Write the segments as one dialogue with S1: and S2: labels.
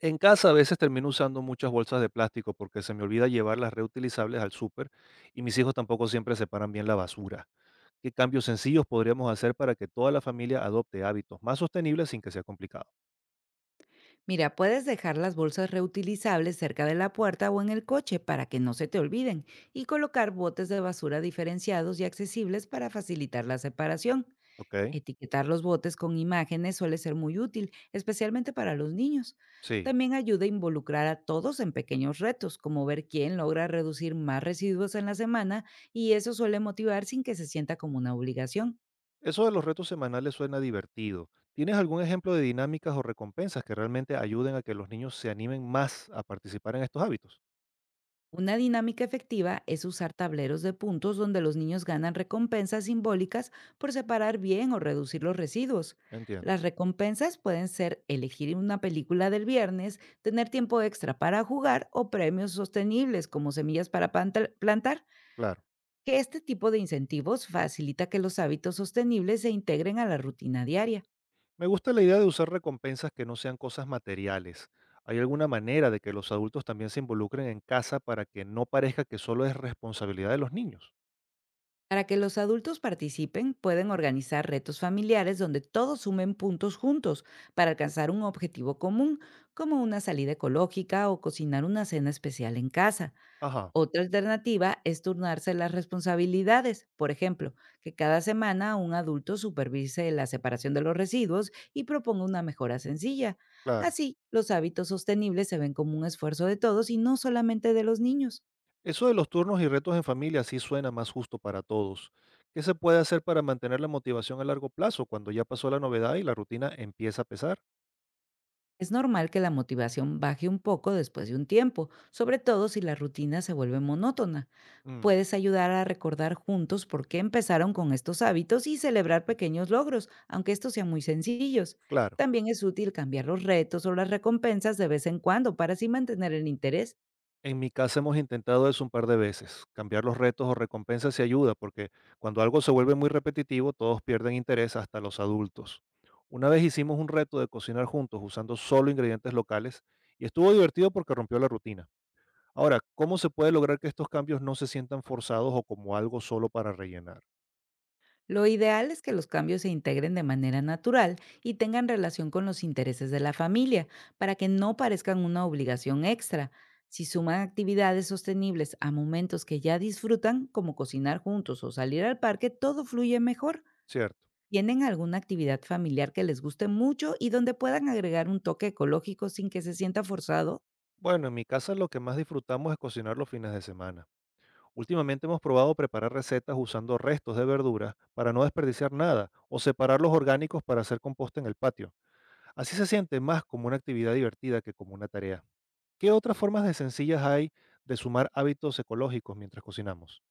S1: En casa a veces termino usando muchas bolsas de plástico porque se me olvida llevar las reutilizables al súper y mis hijos tampoco siempre separan bien la basura. ¿Qué cambios sencillos podríamos hacer para que toda la familia adopte hábitos más sostenibles sin que sea complicado?
S2: Mira, puedes dejar las bolsas reutilizables cerca de la puerta o en el coche para que no se te olviden y colocar botes de basura diferenciados y accesibles para facilitar la separación.
S1: ¿Ok?
S2: Etiquetar los botes con imágenes suele ser muy útil, especialmente para los niños.
S1: Sí.
S2: También ayuda a involucrar a todos en pequeños retos, como ver quién logra reducir más residuos en la semana, y eso suele motivar sin que se sienta como una obligación.
S1: Eso de los retos semanales suena divertido. ¿Tienes algún ejemplo de dinámicas o recompensas que realmente ayuden a que los niños se animen más a participar en estos hábitos?
S2: Una dinámica efectiva es usar tableros de puntos donde los niños ganan recompensas simbólicas por separar bien o reducir los residuos.
S1: Entiendo.
S2: Las recompensas pueden ser elegir una película del viernes, tener tiempo extra para jugar o premios sostenibles como semillas para plantar,
S1: Claro.
S2: que este tipo de incentivos facilita que los hábitos sostenibles se integren a la rutina diaria.
S1: Me gusta la idea de usar recompensas que no sean cosas materiales. ¿Hay alguna manera de que los adultos también se involucren en casa para que no parezca que solo es responsabilidad de los niños?
S2: Para que los adultos participen, pueden organizar retos familiares donde todos sumen puntos juntos para alcanzar un objetivo común, como una salida ecológica o cocinar una cena especial en casa.
S1: Ajá,
S2: Otra alternativa es turnarse las responsabilidades, por ejemplo, que cada semana un adulto supervise la separación de los residuos y proponga una mejora sencilla.
S1: claro.
S2: Así, los hábitos sostenibles se ven como un esfuerzo de todos y no solamente de los niños.
S1: Eso de los turnos y retos en familia sí suena más justo para todos. ¿Qué se puede hacer para mantener la motivación a largo plazo cuando ya pasó la novedad y la rutina empieza a pesar?
S2: Es normal que la motivación baje un poco después de un tiempo, sobre todo si la rutina se vuelve monótona.
S1: Mm,
S2: Puedes ayudar a recordar juntos por qué empezaron con estos hábitos y celebrar pequeños logros, aunque estos sean muy sencillos.
S1: claro.
S2: También es útil cambiar los retos o las recompensas de vez en cuando para así mantener el interés.
S1: En mi casa hemos intentado eso un par de veces, cambiar los retos o recompensas y ayuda, porque cuando algo se vuelve muy repetitivo, todos pierden interés, hasta los adultos. Una vez hicimos un reto de cocinar juntos usando solo ingredientes locales y estuvo divertido porque rompió la rutina. Ahora, ¿cómo se puede lograr que estos cambios no se sientan forzados o como algo solo para rellenar?
S2: Lo ideal es que los cambios se integren de manera natural y tengan relación con los intereses de la familia, para que no parezcan una obligación extra. Si suman actividades sostenibles a momentos que ya disfrutan, como cocinar juntos o salir al parque, todo fluye mejor.
S1: Cierto.
S2: ¿Tienen alguna actividad familiar que les guste mucho y donde puedan agregar un toque ecológico sin que se sienta forzado?
S1: Bueno, en mi casa lo que más disfrutamos es cocinar los fines de semana. Últimamente hemos probado preparar recetas usando restos de verduras para no desperdiciar nada o separar los orgánicos para hacer composta en el patio. Así se siente más como una actividad divertida que como una tarea. ¿Qué otras formas de sencillas hay de sumar hábitos ecológicos mientras cocinamos?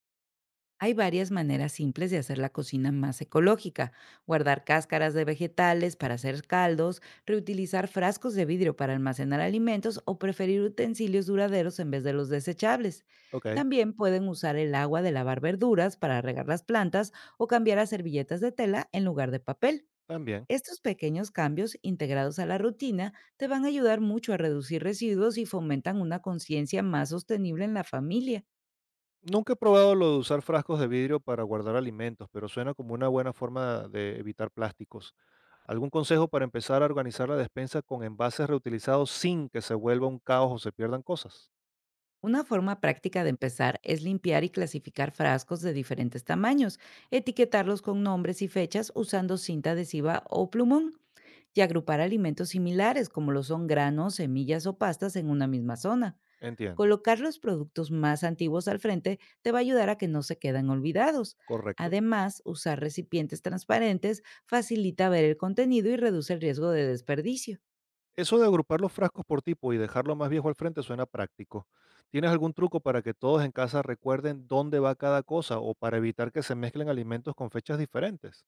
S2: Hay varias maneras simples de hacer la cocina más ecológica. Guardar cáscaras de vegetales para hacer caldos, reutilizar frascos de vidrio para almacenar alimentos o preferir utensilios duraderos en vez de los desechables.
S1: Ok,
S2: También pueden usar el agua de lavar verduras para regar las plantas o cambiar a servilletas de tela en lugar de papel.
S1: también.
S2: Estos pequeños cambios integrados a la rutina te van a ayudar mucho a reducir residuos y fomentan una conciencia más sostenible en la familia.
S1: Nunca he probado lo de usar frascos de vidrio para guardar alimentos, pero suena como una buena forma de evitar plásticos. ¿Algún consejo para empezar a organizar la despensa con envases reutilizados sin que se vuelva un caos o se pierdan cosas?
S2: Una forma práctica de empezar es limpiar y clasificar frascos de diferentes tamaños, etiquetarlos con nombres y fechas usando cinta adhesiva o plumón, y agrupar alimentos similares, como lo son granos, semillas o pastas, en una misma zona.
S1: Entiendo.
S2: Colocar los productos más antiguos al frente te va a ayudar a que no se quedan olvidados.
S1: Correcto.
S2: Además, usar recipientes transparentes facilita ver el contenido y reduce el riesgo de desperdicio.
S1: Eso de agrupar los frascos por tipo y dejarlo más viejo al frente suena práctico. ¿Tienes algún truco para que todos en casa recuerden dónde va cada cosa o para evitar que se mezclen alimentos con fechas diferentes?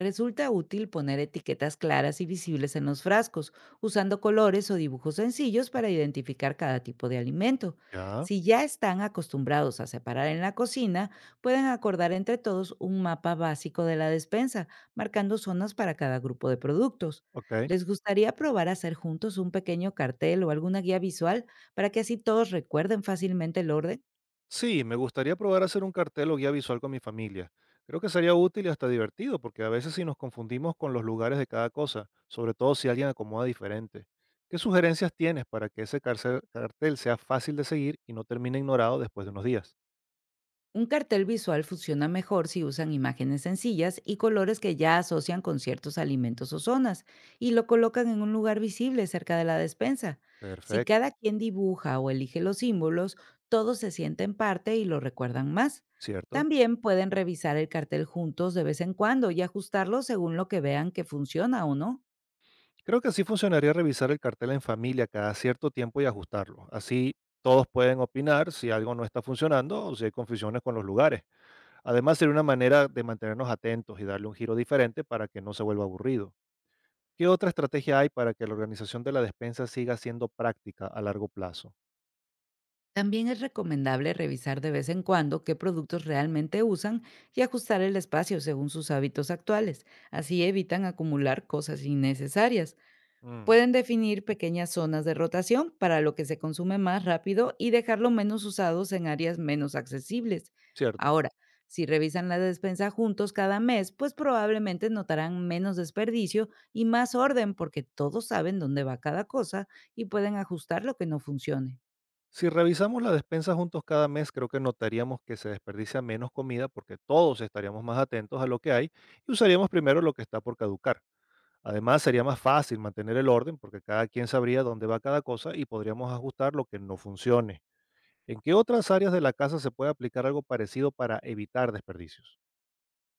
S2: Resulta útil poner etiquetas claras y visibles en los frascos, usando colores o dibujos sencillos para identificar cada tipo de alimento.
S1: Ya,
S2: Si ya están acostumbrados a separar en la cocina, pueden acordar entre todos un mapa básico de la despensa, marcando zonas para cada grupo de productos.
S1: ok.
S2: ¿Les gustaría probar hacer juntos un pequeño cartel o alguna guía visual para que así todos recuerden fácilmente el orden?
S1: Sí, me gustaría probar a hacer un cartel o guía visual con mi familia. Creo que sería útil y hasta divertido porque a veces sí nos confundimos con los lugares de cada cosa, sobre todo si alguien acomoda diferente. ¿Qué sugerencias tienes para que ese cartel sea fácil de seguir y no termine ignorado después de unos días?
S2: Un cartel visual funciona mejor si usan imágenes sencillas y colores que ya asocian con ciertos alimentos o zonas, y lo colocan en un lugar visible cerca de la despensa. Si
S1: Perfecto,
S2: cada quien dibuja o elige los símbolos, todos se sienten parte y lo recuerdan más.
S1: ¿cierto?
S2: También pueden revisar el cartel juntos de vez en cuando y ajustarlo según lo que vean que funciona o no.
S1: Creo que sí funcionaría revisar el cartel en familia cada cierto tiempo y ajustarlo. Así todos pueden opinar si algo no está funcionando o si hay confusiones con los lugares. Además, sería una manera de mantenernos atentos y darle un giro diferente para que no se vuelva aburrido. ¿Qué otra estrategia hay para que la organización de la despensa siga siendo práctica a largo plazo?
S2: También es recomendable revisar de vez en cuando qué productos realmente usan y ajustar el espacio según sus hábitos actuales. Así evitan acumular cosas innecesarias.
S1: Mm,
S2: Pueden definir pequeñas zonas de rotación para lo que se consume más rápido y dejarlo menos usados en áreas menos accesibles.
S1: cierto.
S2: Ahora, si revisan la despensa juntos cada mes, pues probablemente notarán menos desperdicio y más orden, porque todos saben dónde va cada cosa y pueden ajustar lo que no funcione.
S1: Si revisamos la despensa juntos cada mes, creo que notaríamos que se desperdicia menos comida porque todos estaríamos más atentos a lo que hay y usaríamos primero lo que está por caducar. Además, sería más fácil mantener el orden porque cada quien sabría dónde va cada cosa y podríamos ajustar lo que no funcione. ¿En qué otras áreas de la casa se puede aplicar algo parecido para evitar desperdicios?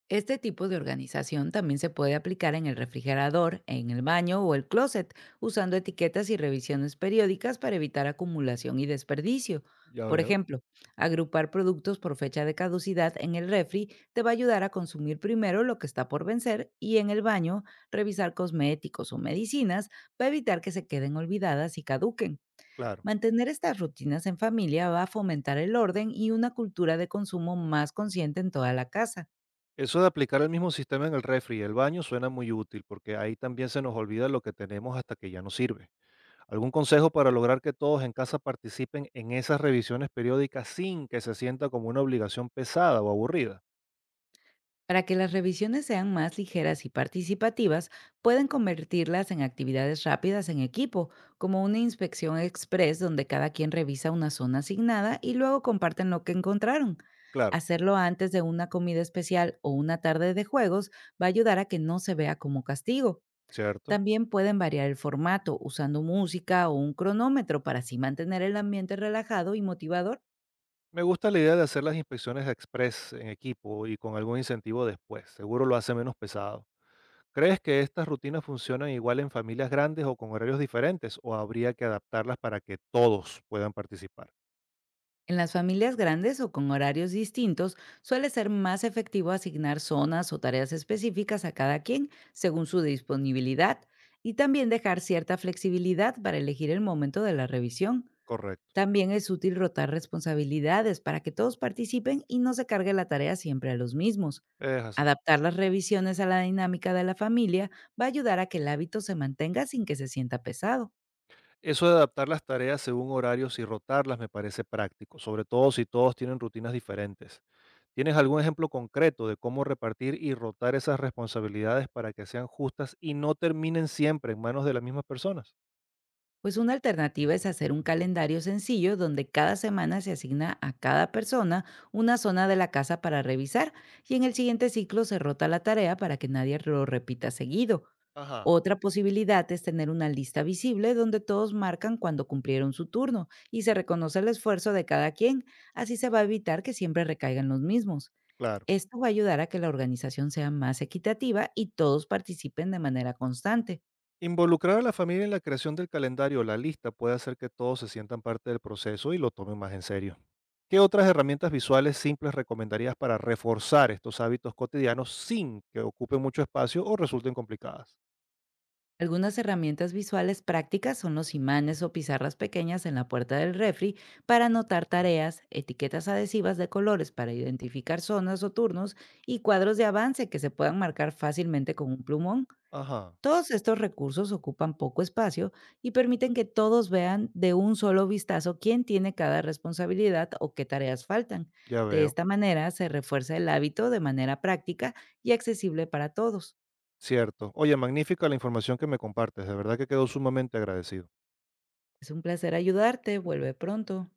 S2: Este tipo de organización también se puede aplicar en el refrigerador, en el baño o el closet, usando etiquetas y revisiones periódicas para evitar acumulación y desperdicio.
S1: Ya
S2: Por
S1: veo.
S2: ejemplo, agrupar productos por fecha de caducidad en el refri te va a ayudar a consumir primero lo que está por vencer, y en el baño, revisar cosméticos o medicinas va a evitar que se queden olvidadas y caduquen.
S1: Claro.
S2: Mantener estas rutinas en familia va a fomentar el orden y una cultura de consumo más consciente en toda la casa.
S1: Eso de aplicar el mismo sistema en el refri y el baño suena muy útil porque ahí también se nos olvida lo que tenemos hasta que ya no sirve. ¿Algún consejo para lograr que todos en casa participen en esas revisiones periódicas sin que se sienta como una obligación pesada o aburrida?
S2: Para que las revisiones sean más ligeras y participativas, pueden convertirlas en actividades rápidas en equipo, como una inspección express donde cada quien revisa una zona asignada y luego comparten lo que encontraron.
S1: Claro,
S2: Hacerlo antes de una comida especial o una tarde de juegos va a ayudar a que no se vea como castigo.
S1: ¿cierto?
S2: También pueden variar el formato usando música o un cronómetro para así mantener el ambiente relajado y motivador.
S1: Me gusta la idea de hacer las inspecciones express en equipo y con algún incentivo después. Seguro lo hace menos pesado. ¿Crees que estas rutinas funcionan igual en familias grandes o con horarios diferentes o habría que adaptarlas para que todos puedan participar?
S2: En las familias grandes o con horarios distintos, suele ser más efectivo asignar zonas o tareas específicas a cada quien según su disponibilidad, y también dejar cierta flexibilidad para elegir el momento de la revisión.
S1: Correcto.
S2: También es útil rotar responsabilidades para que todos participen y no se cargue la tarea siempre a los mismos.
S1: Es así.
S2: Adaptar las revisiones a la dinámica de la familia va a ayudar a que el hábito se mantenga sin que se sienta pesado.
S1: Eso de adaptar las tareas según horarios y rotarlas me parece práctico, sobre todo si todos tienen rutinas diferentes. ¿Tienes algún ejemplo concreto de cómo repartir y rotar esas responsabilidades para que sean justas y no terminen siempre en manos de las mismas personas?
S2: Pues una alternativa es hacer un calendario sencillo donde cada semana se asigna a cada persona una zona de la casa para revisar, y en el siguiente ciclo se rota la tarea para que nadie lo repita seguido.
S1: Ajá.
S2: Otra posibilidad es tener una lista visible donde todos marcan cuando cumplieron su turno y se reconoce el esfuerzo de cada quien; así se va a evitar que siempre recaigan los mismos.
S1: Claro.
S2: Esto va a ayudar a que la organización sea más equitativa y todos participen de manera constante.
S1: Involucrar a la familia en la creación del calendario o la lista puede hacer que todos se sientan parte del proceso y lo tomen más en serio. ¿Qué otras herramientas visuales simples recomendarías para reforzar estos hábitos cotidianos sin que ocupen mucho espacio o resulten complicadas?
S2: Algunas herramientas visuales prácticas son los imanes o pizarras pequeñas en la puerta del refri para anotar tareas, etiquetas adhesivas de colores para identificar zonas o turnos, y cuadros de avance que se puedan marcar fácilmente con un plumón.
S1: Ajá,
S2: Todos estos recursos ocupan poco espacio y permiten que todos vean de un solo vistazo quién tiene cada responsabilidad o qué tareas faltan.
S1: ya
S2: De
S1: veo.
S2: esta manera se refuerza el hábito de manera práctica y accesible para todos.
S1: Cierto. Oye, magnífica la información que me compartes. De verdad que quedo sumamente agradecido.
S2: Es un placer ayudarte. Vuelve pronto.